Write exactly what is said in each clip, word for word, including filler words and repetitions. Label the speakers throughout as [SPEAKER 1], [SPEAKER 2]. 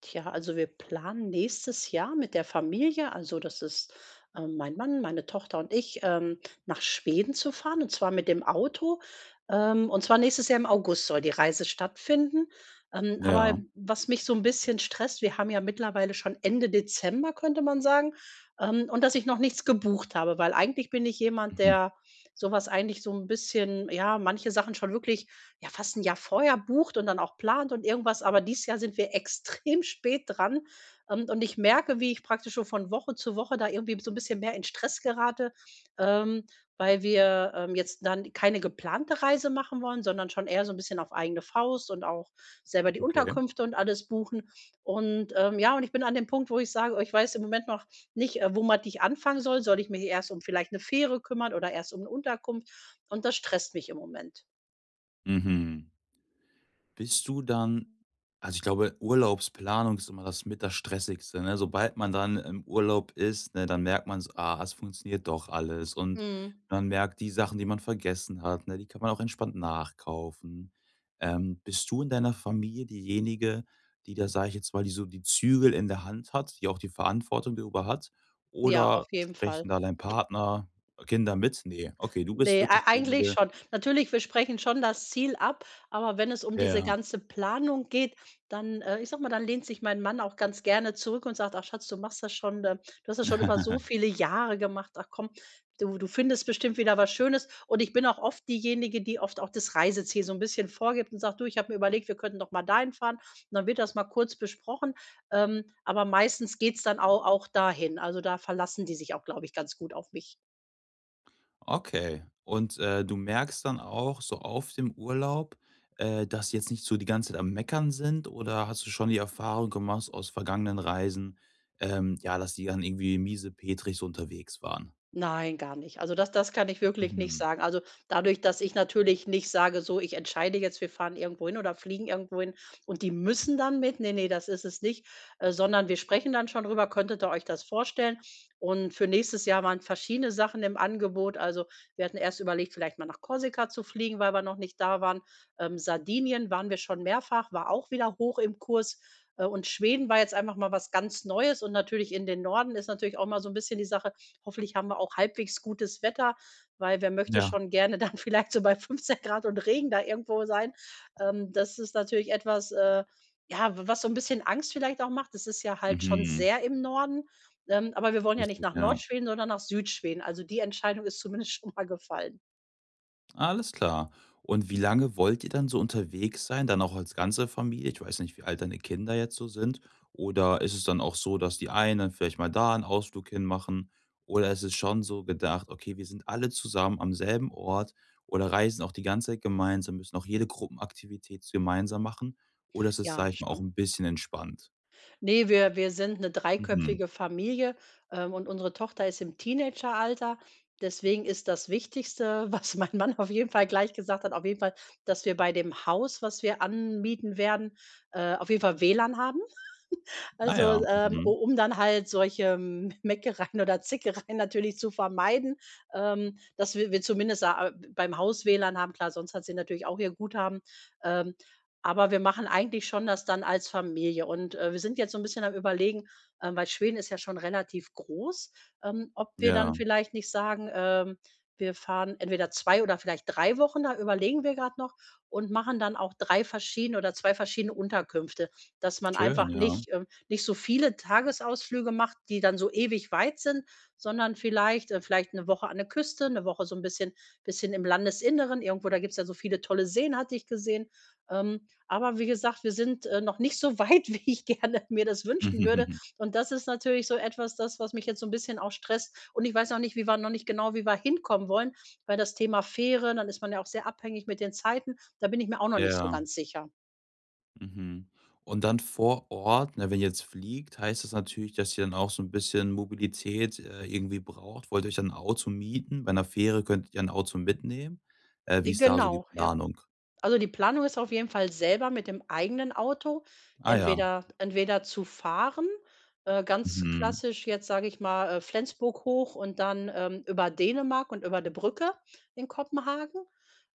[SPEAKER 1] Tja, also wir planen nächstes Jahr mit der Familie, also das ist äh, mein Mann, meine Tochter und ich, ähm, nach Schweden zu fahren und zwar mit dem Auto. Ähm, und zwar nächstes Jahr im August soll die Reise stattfinden. Ähm, aber
[SPEAKER 2] Ja,
[SPEAKER 1] was mich so ein bisschen stresst, wir haben ja mittlerweile schon Ende Dezember, könnte man sagen, ähm, und dass ich noch nichts gebucht habe, weil eigentlich bin ich jemand,
[SPEAKER 2] mhm,
[SPEAKER 1] der sowas eigentlich so ein bisschen, ja, manche Sachen schon wirklich ja, fast ein Jahr vorher bucht und dann auch plant und irgendwas, aber dieses Jahr sind wir extrem spät dran. Ähm, und ich merke, wie ich praktisch schon von Woche zu Woche da irgendwie so ein bisschen mehr in Stress gerate, ähm, weil wir, ähm, jetzt dann keine geplante Reise machen wollen, sondern schon eher so ein bisschen auf eigene Faust und auch selber die
[SPEAKER 2] okay.
[SPEAKER 1] Unterkünfte und alles buchen. Und, ähm, ja, und ich bin an dem Punkt, wo ich sage: „Oh, ich weiß im Moment noch nicht, äh, wo man dich anfangen soll. Soll ich mich erst um vielleicht eine Fähre kümmern oder erst um eine Unterkunft?" Und das stresst mich im Moment.
[SPEAKER 2] Mhm. Bist du dann also, ich glaube, Urlaubsplanung ist immer das mit das Stressigste, ne? Sobald man dann im Urlaub ist, ne, dann merkt man so: „Ah, es funktioniert doch alles.“ Und
[SPEAKER 1] Mhm.
[SPEAKER 2] man merkt die Sachen, die man vergessen hat, ne, die kann man auch entspannt nachkaufen. Ähm, bist du in deiner Familie diejenige, die da, sage ich jetzt mal, die so die Zügel in der Hand hat, die auch die Verantwortung darüber hat?
[SPEAKER 1] Ja,
[SPEAKER 2] Oder
[SPEAKER 1] auf jeden Fall.
[SPEAKER 2] sprechen da dein Partner, Kinder mit? Ne, okay, du bist
[SPEAKER 1] Ne, ei
[SPEAKER 2] wirklich
[SPEAKER 1] eigentlich
[SPEAKER 2] diejenige,
[SPEAKER 1] schon. Natürlich, wir sprechen schon das Ziel ab, aber wenn es um
[SPEAKER 2] ja,
[SPEAKER 1] diese
[SPEAKER 2] ja.
[SPEAKER 1] ganze Planung geht, dann, äh ich sag mal, dann lehnt sich mein Mann auch ganz gerne zurück und sagt: „Ach Schatz, du machst das schon, ähm du hast das schon über so viele Jahre gemacht. Ach komm, du du findest bestimmt wieder was Schönes." Und ich bin auch oft diejenige, die oft auch das Reiseziel so ein bisschen vorgibt und sagt: „Du, ich habe mir überlegt, wir könnten doch mal dahin fahren." Und dann wird das mal kurz besprochen, ähm, aber meistens geht's dann au auch dahin. Also, da verlassen die sich auch, glaube ich, ganz gut auf mich.
[SPEAKER 2] Okay. Und, äh, du merkst dann auch so auf dem Urlaub, äh, dass sie jetzt nicht so die ganze Zeit am Meckern sind oder hast du schon die Erfahrung gemacht aus vergangenen Reisen, ähm, ja, dass die dann irgendwie miesepetrig so unterwegs waren?
[SPEAKER 1] Nein, gar nicht. Also, das das kann ich wirklich nicht
[SPEAKER 2] Mhm.
[SPEAKER 1] sagen. Also, dadurch, dass ich natürlich nicht sage, so, ich entscheide jetzt, wir fahren irgendwo hin oder fliegen irgendwo hin und die müssen dann mit. Ne, ne, das ist es nicht, äh, sondern wir sprechen dann schon drüber: „Könntet ihr euch das vorstellen?" Und für nächstes Jahr waren verschiedene Sachen im Angebot. Also, wir hatten erst überlegt, vielleicht mal nach Korsika zu fliegen, weil wir noch nicht da waren. Ähm, Sardinien waren wir schon mehrfach, war auch wieder hoch im Kurs. Äh, und Schweden war jetzt einfach mal was ganz Neues und natürlich in den Norden ist natürlich auch mal so ein bisschen die Sache. Hoffentlich haben wir auch halbwegs gutes Wetter, weil wer möchte
[SPEAKER 2] Ja.
[SPEAKER 1] schon gerne dann vielleicht so bei fünfzehn Grad und Regen da irgendwo sein. Ähm, das ist natürlich etwas, äh, ja, w was so ein bisschen Angst vielleicht auch macht. Es ist ja halt schon
[SPEAKER 2] Mhm.
[SPEAKER 1] sehr im Norden, ähm, aber wir wollen ja nicht
[SPEAKER 2] Richtig,
[SPEAKER 1] nach
[SPEAKER 2] ja.
[SPEAKER 1] Nordschweden, sondern nach Südschweden. Also, die Entscheidung ist zumindest schon mal gefallen.
[SPEAKER 2] Alles klar. Und wie lange wollt ihr dann so unterwegs sein, dann auch als ganze Familie? Ich weiß nicht, wie alt deine Kinder jetzt so sind. Oder ist es dann auch so, dass die einen dann vielleicht mal da einen Ausflug hinmachen? Oder ist es schon so gedacht, okay, wir sind alle zusammen am selben Ort oder reisen auch die ganze Zeit gemeinsam, müssen auch jede Gruppenaktivität gemeinsam machen? Oder ist es,
[SPEAKER 1] Ja,
[SPEAKER 2] sage ich mal, auch
[SPEAKER 1] schon.
[SPEAKER 2] ein bisschen entspannt?
[SPEAKER 1] Nee, wir wir sind eine
[SPEAKER 2] Mhm.
[SPEAKER 1] dreiköpfige Familie, ähm, und unsere Tochter ist im Teenageralter. Deswegen ist das Wichtigste, was mein Mann auf jeden Fall gleich gesagt hat, auf jeden Fall, dass wir bei dem Haus, was wir anmieten werden, äh, auf jeden Fall W L A N haben.
[SPEAKER 2] Ah
[SPEAKER 1] Also,
[SPEAKER 2] ja,
[SPEAKER 1] ähm, u
[SPEAKER 2] mhm.
[SPEAKER 1] um dann halt solche M Meckereien oder Zickereien natürlich zu vermeiden, ähm, dass wir wir zumindest a beim Haus W L A N haben. Klar, sonst hat sie natürlich auch ihr Guthaben, ähm, aber wir machen eigentlich schon das dann als Familie. Und, äh, wir sind jetzt so ein bisschen am Überlegen, ähm, weil Schweden ist ja schon relativ groß, ähm, ob wir dann
[SPEAKER 2] Ja,
[SPEAKER 1] vielleicht nicht sagen, ähm, wir fahren entweder zwei oder vielleicht drei Wochen, da überlegen wir gerade noch und machen dann auch drei verschiedene oder zwei verschiedene Unterkünfte, dass man
[SPEAKER 2] schön,
[SPEAKER 1] einfach
[SPEAKER 2] ja.
[SPEAKER 1] nicht, äh nicht so viele Tagesausflüge macht, die dann so ewig weit sind, sondern vielleicht äh, vielleicht eine Woche an der Küste, eine Woche so ein bisschen bisschen im Landesinneren. Irgendwo, da gibt's ja so viele tolle Seen, hatte ich gesehen. Ähm, aber wie gesagt, wir sind, äh, noch nicht so weit, wie ich gerne mir das wünschen würde. Und das ist natürlich so etwas, das, was mich jetzt so ein bisschen auch stresst. Und ich weiß auch nicht, wie wir noch nicht genau, wie wir hinkommen wollen, weil das Thema Fähre, dann ist man ja auch sehr abhängig mit den Zeiten. Da bin ich mir auch noch nicht so
[SPEAKER 2] Ja.
[SPEAKER 1] ganz sicher.
[SPEAKER 2] Mhm. Und dann vor Ort, ne, wenn ihr jetzt fliegt, heißt das natürlich, dass ihr dann auch so ein bisschen Mobilität, äh, irgendwie braucht. Wollt ihr euch dann 'n Auto mieten? Bei einer Fähre könntet ihr ein Auto mitnehmen. Äh, wie
[SPEAKER 1] Äh,
[SPEAKER 2] ist da so die
[SPEAKER 1] genau, ja.
[SPEAKER 2] Planung?
[SPEAKER 1] Also, die Planung ist auf jeden Fall selber mit dem eigenen Auto
[SPEAKER 2] Ah ja.
[SPEAKER 1] entweder entweder zu fahren, äh, ganz
[SPEAKER 2] Mhm.
[SPEAKER 1] klassisch jetzt, sage ich mal, äh, Flensburg hoch und dann, ähm, über Dänemark und über die Brücke in Kopenhagen,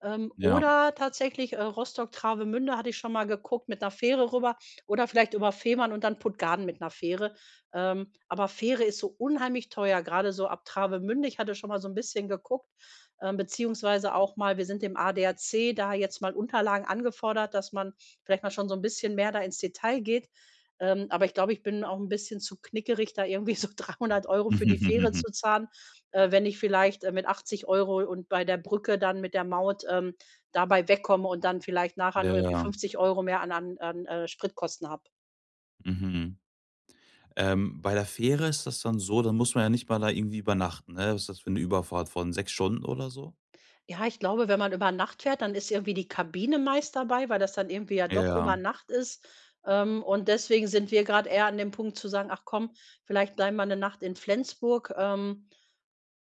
[SPEAKER 1] ähm,
[SPEAKER 2] Ja.
[SPEAKER 1] oder tatsächlich, äh, Rostock-Travemünde hatte ich schon mal geguckt, mit einer Fähre rüber oder vielleicht über Fehmarn und dann Puttgarden mit einer Fähre. Ähm, aber Fähre ist so unheimlich teuer, gerade so ab Travemünde. Ich hatte schon mal so ein bisschen geguckt ähm, beziehungsweise auch mal wir sind dem A D A C da jetzt mal Unterlagen angefordert, dass man vielleicht mal schon so ein bisschen mehr da ins Detail geht. Ähm, aber ich glaube, ich bin auch ein bisschen zu knickerig, da irgendwie so dreihundert Euro für die Fähre zu zahlen, äh, wenn ich vielleicht, äh, mit achtzig Euro und bei der Brücke dann mit der Maut, ähm, dabei wegkomme und dann vielleicht nachher
[SPEAKER 2] Ja,
[SPEAKER 1] nur irgendwie
[SPEAKER 2] ja.
[SPEAKER 1] fünfzig Euro mehr an an an, äh, Spritkosten habe.
[SPEAKER 2] Mhm. Ähm, bei der Fähre ist das dann so, dann muss man ja nicht mal da irgendwie übernachten, ne? Was ist das für eine Überfahrt von sechs Stunden oder so?
[SPEAKER 1] Ja, ich glaube, wenn man über Nacht fährt, dann ist irgendwie die Kabine meist dabei, weil das dann irgendwie ja doch
[SPEAKER 2] Ja,
[SPEAKER 1] über Nacht ist. Ähm, und deswegen sind wir gerade eher an dem Punkt zu sagen: „Ach komm, vielleicht bleiben wir eine Nacht in Flensburg." Ähm,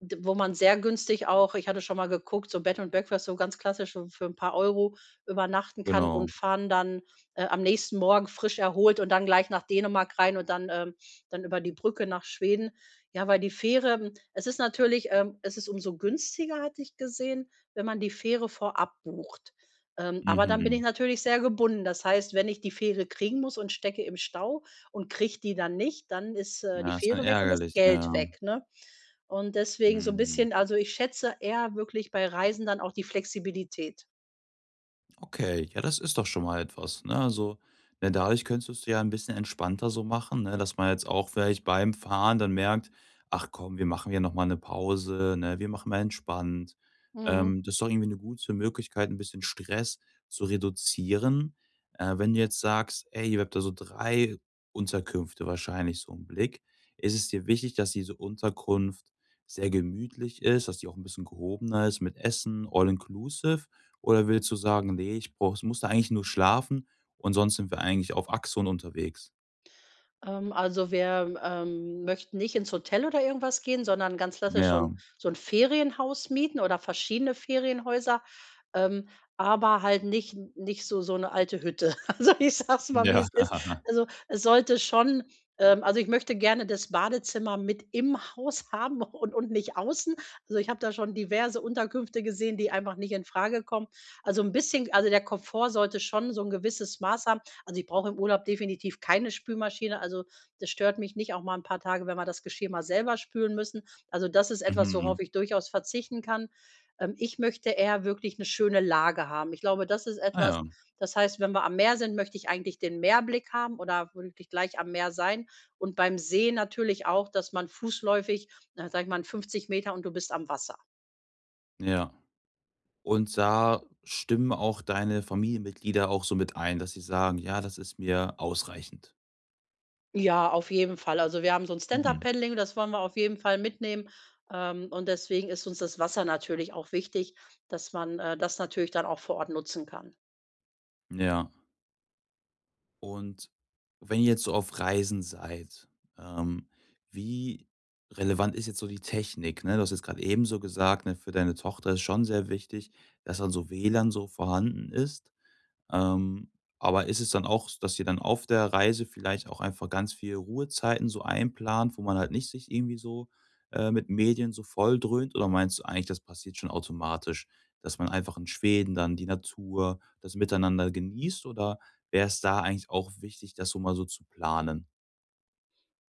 [SPEAKER 1] D Wo man sehr günstig auch ich hatte schon mal geguckt, so Bed and Breakfast, so ganz klassisch so für ein paar Euro übernachten kann
[SPEAKER 2] genau.
[SPEAKER 1] und fahren dann, äh, am nächsten Morgen frisch erholt und dann gleich nach Dänemark rein und dann, ähm dann über die Brücke nach Schweden. Ja, weil die Fähre hm, es ist natürlich ähm, es ist umso günstiger, hatte ich gesehen, wenn man die Fähre vorab bucht. Ähm, aber dann bin ich
[SPEAKER 2] Mhm.
[SPEAKER 1] natürlich sehr gebunden. Das heißt, wenn ich die Fähre kriegen muss und stecke im Stau und kriege die dann nicht, dann ist, äh, die
[SPEAKER 2] Ja, ist dann
[SPEAKER 1] Fähre weg und das
[SPEAKER 2] ärgerlich,
[SPEAKER 1] Geld
[SPEAKER 2] ja.
[SPEAKER 1] weg, ne? Und deswegen so ein
[SPEAKER 2] Mhm.
[SPEAKER 1] bisschen also, ich schätze eher wirklich bei Reisen dann auch die Flexibilität.
[SPEAKER 2] Okay, ja, das ist doch schon mal etwas, ne? Also, ne, dadurch könntest du dir ja ein bisschen entspannter so machen, ne, dass man jetzt auch vielleicht beim Fahren dann merkt: „Ach komm, wir machen hier noch mal 'ne Pause, ne? Wir machen mal entspannt.“
[SPEAKER 1] Mhm.
[SPEAKER 2] Ähm, das ist doch irgendwie eine gute Möglichkeit, ein bisschen Stress zu reduzieren. Äh, wenn du jetzt sagst: „Ey, ihr habt da so drei Unterkünfte wahrscheinlich so im Blick“, ist es dir wichtig, dass diese Unterkunft sehr gemütlich ist, dass die auch ein bisschen gehobener ist mit Essen, all inclusive oder willst du sagen: „Ne, ich brauche muss da eigentlich nur schlafen und sonst sind wir eigentlich auf Achse unterwegs?“
[SPEAKER 1] Ähm, also wir, ähm, möchten nicht ins Hotel oder irgendwas gehen, sondern ganz klassisch so
[SPEAKER 2] Ja,
[SPEAKER 1] 'n so 'n Ferienhaus mieten oder verschiedene Ferienhäuser, ähm, aber halt nicht nicht so so 'ne alte Hütte. Also, ich sage es mal, wie
[SPEAKER 2] ja.
[SPEAKER 1] es ist. Also, es sollte schon ähm, also, ich möchte gerne das Badezimmer mit im Haus haben und und nicht außen. Also, ich habe da schon diverse Unterkünfte gesehen, die einfach nicht infrage kommen. Also, 'n bisschen also, der Komfort sollte schon so 'n gewisses Maß haben. Also, ich brauche im Urlaub definitiv keine Spülmaschine. Also, das stört mich nicht, auch mal ein paar Tage, wenn wir das Geschirr mal selber spülen müssen. Also, das ist etwas,
[SPEAKER 2] Mhm.
[SPEAKER 1] worauf ich durchaus verzichten kann. Ähm, ich möchte eher wirklich eine schöne Lage haben. Ich glaube, das ist
[SPEAKER 2] Ah ja,
[SPEAKER 1] etwas das heißt, wenn wir am Meer sind, möchte ich eigentlich den Meerblick haben oder wirklich gleich am Meer sein. Und beim See natürlich auch, dass man fußläufig, na, sage ich mal, fünfzig Meter und du bist am Wasser.
[SPEAKER 2] ja. Und da stimmen auch deine Familienmitglieder auch so mit ein, dass sie sagen: „Ja, das ist mir ausreichend.“
[SPEAKER 1] Ja, auf jeden Fall. Also, wir haben so ein
[SPEAKER 2] Mhm.
[SPEAKER 1] Stand-up-Paddling, das wollen wir auf jeden Fall mitnehmen. Ähm, und deswegen ist uns das Wasser natürlich auch wichtig, dass man, äh, das natürlich dann auch vor Ort nutzen kann.
[SPEAKER 2] Ja. Und wenn ihr jetzt so auf Reisen seid, ähm, wie relevant ist jetzt so die Technik, ne? Du hast jetzt gerade eben so gesagt, ne, für deine Tochter ist schon sehr wichtig, dass dann so W L A N so vorhanden ist. Ähm, aber ist es dann auch, dass ihr dann auf der Reise vielleicht auch einfach ganz viel Ruhezeiten so einplant, wo man halt nicht sich irgendwie so, äh, mit Medien so volldröhnt? Oder meinst du eigentlich, das passiert schon automatisch, dass man einfach in Schweden dann die Natur, das Miteinander genießt? Oder wäre es da eigentlich auch wichtig, das so mal so zu planen?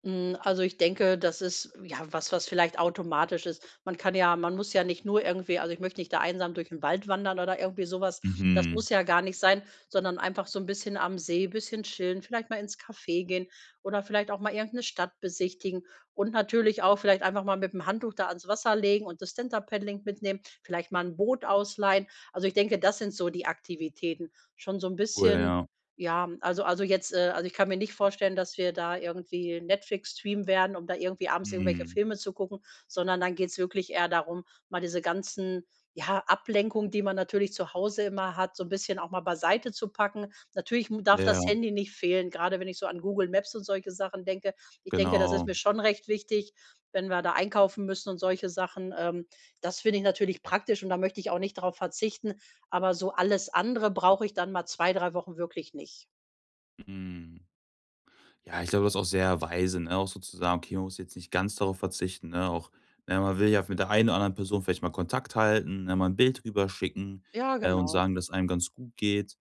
[SPEAKER 1] Hm, also, ich denke, das ist, ja, was was vielleicht automatisch ist. Man kann ja man muss ja nicht nur irgendwie also, ich möchte nicht da einsam durch den Wald wandern oder irgendwie sowas. Das
[SPEAKER 2] Mhm.
[SPEAKER 1] muss ja gar nicht sein, sondern einfach so ein bisschen am See, bisschen chillen, vielleicht mal ins Café gehen oder vielleicht auch mal irgendeine Stadt besichtigen und natürlich auch vielleicht einfach mal mit dem Handtuch da ans Wasser legen und das Stand-up-Paddling mitnehmen, vielleicht mal ein Boot ausleihen. Also, ich denke, das sind so die Aktivitäten. Schon so ein
[SPEAKER 2] Cool,
[SPEAKER 1] bisschen
[SPEAKER 2] ja.
[SPEAKER 1] ja, also also jetzt äh, also ich kann mir nicht vorstellen, dass wir da irgendwie Netflix streamen werden, um da irgendwie abends irgendwelche
[SPEAKER 2] Mhm.
[SPEAKER 1] Filme zu gucken, sondern dann geht's wirklich eher darum, mal diese ganzen, ja, Ablenkungen, die man natürlich zu Hause immer hat, so ein bisschen auch mal beiseite zu packen. Natürlich m darf
[SPEAKER 2] Ja,
[SPEAKER 1] das Handy nicht fehlen, gerade wenn ich so an Google Maps und solche Sachen denke. Ich denke, das ist
[SPEAKER 2] genau.
[SPEAKER 1] mir schon recht wichtig, wenn wir da einkaufen müssen und solche Sachen. Ähm, das finde ich natürlich praktisch und da möchte ich auch nicht darauf verzichten. Aber so alles andere brauche ich dann mal zwei drei Wochen wirklich nicht.
[SPEAKER 2] Mhm. Ja, ich glaube, das ist auch sehr weise, ne? Auch sozusagen. „Okay, man muss jetzt nicht ganz darauf verzichten“, ne? Auch ne, man will ja mit der einen oder anderen Person vielleicht mal Kontakt halten, ne, mal ein Bild rüberschicken,
[SPEAKER 1] Ja,
[SPEAKER 2] äh, und
[SPEAKER 1] genau.
[SPEAKER 2] sagen, dass einem ganz gut geht.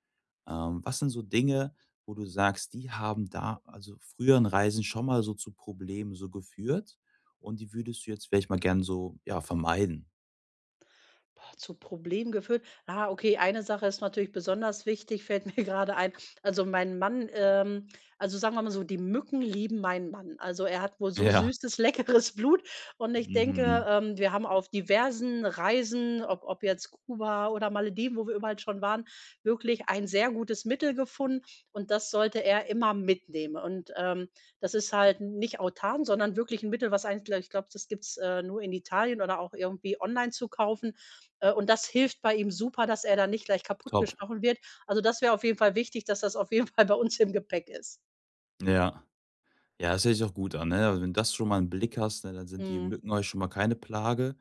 [SPEAKER 2] Ähm, was sind so Dinge, wo du sagst, die haben da also, früheren Reisen schon mal so zu Problemen so geführt und die würdest du jetzt vielleicht mal gern so, ja, vermeiden?
[SPEAKER 1] Boah, zu Problemen geführt. Ah, okay, eine Sache ist natürlich besonders wichtig, fällt mir gerade ein. Also, mein Mann ähm, also, sagen wir mal so, die Mücken lieben meinen Mann. Also, er hat wohl so
[SPEAKER 2] Ja.
[SPEAKER 1] süßes, leckeres Blut und ich
[SPEAKER 2] Mhm.
[SPEAKER 1] denke, ähm, wir haben auf diversen Reisen, ob ob jetzt Kuba oder Malediven, wo wir überall schon waren, wirklich ein sehr gutes Mittel gefunden und das sollte er immer mitnehmen. Und, ähm, das ist halt nicht Autan, sondern wirklich ein Mittel, was eigentlich, glaube ich glaube, das gibt's, äh, nur in Italien oder auch irgendwie online zu kaufen. Äh, und das hilft bei ihm super, dass er da nicht gleich
[SPEAKER 2] Top.
[SPEAKER 1] kaputtgestochen wird. Also, das wäre auf jeden Fall wichtig, dass das auf jeden Fall bei uns im Gepäck ist.
[SPEAKER 2] Ja. Ja, das hört sich auch gut an, ne? Also, wenn du das schon mal im Blick hast, ne, dann sind die
[SPEAKER 1] Mhm.
[SPEAKER 2] Mücken euch schon mal keine Plage.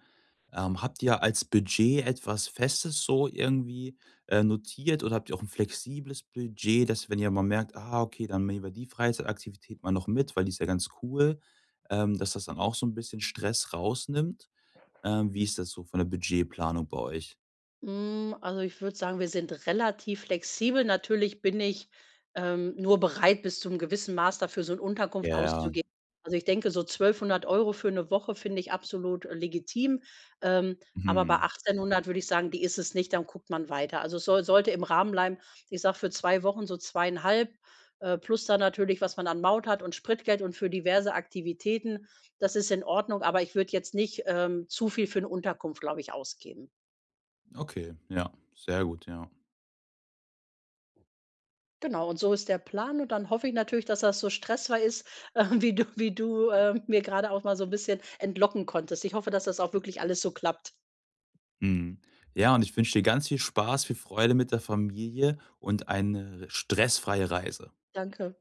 [SPEAKER 2] Ähm, habt ihr als Budget etwas Festes so irgendwie, äh, notiert oder habt ihr auch ein flexibles Budget, dass wenn ihr mal merkt: „Ah, okay, dann nehmen wir die Freizeitaktivität mal noch mit, weil die ist ja ganz cool“, ähm, dass das dann auch so ein bisschen Stress rausnimmt? Ähm, wie ist das so von der Budgetplanung bei euch?
[SPEAKER 1] Hm, also, ich würde sagen, wir sind relativ flexibel. Natürlich bin ich, ähm, nur bereit, bis zu einem gewissen Maß dafür so eine
[SPEAKER 2] Ja,
[SPEAKER 1] Unterkunft
[SPEAKER 2] ja.
[SPEAKER 1] auszugeben. Also, ich denke, so zwölfhundert Euro für eine Woche finde ich absolut äh, legitim. Ähm, aber bei
[SPEAKER 2] Mhm.
[SPEAKER 1] achtzehnhundert würde ich sagen, die ist es nicht, dann guckt man weiter. Also, es soll sollte im Rahmen bleiben. Ich sage für zwei Wochen so zweieinhalb äh, plus dann natürlich, was man an Maut hat und Spritgeld und für diverse Aktivitäten. Das ist in Ordnung, aber ich würde jetzt nicht, ähm, zu viel für eine Unterkunft, glaube ich, ausgeben.
[SPEAKER 2] Okay, ja, sehr gut, ja.
[SPEAKER 1] Genau, und so ist der Plan und dann hoffe ich natürlich, dass das so stressfrei ist, äh, wie du wie du, äh, mir gerade auch mal so ein bisschen entlocken konntest. Ich hoffe, dass das auch wirklich alles so klappt.
[SPEAKER 2] Mhm. Ja, und ich wünsche dir ganz viel Spaß, viel Freude mit der Familie und eine stressfreie Reise.
[SPEAKER 1] Danke.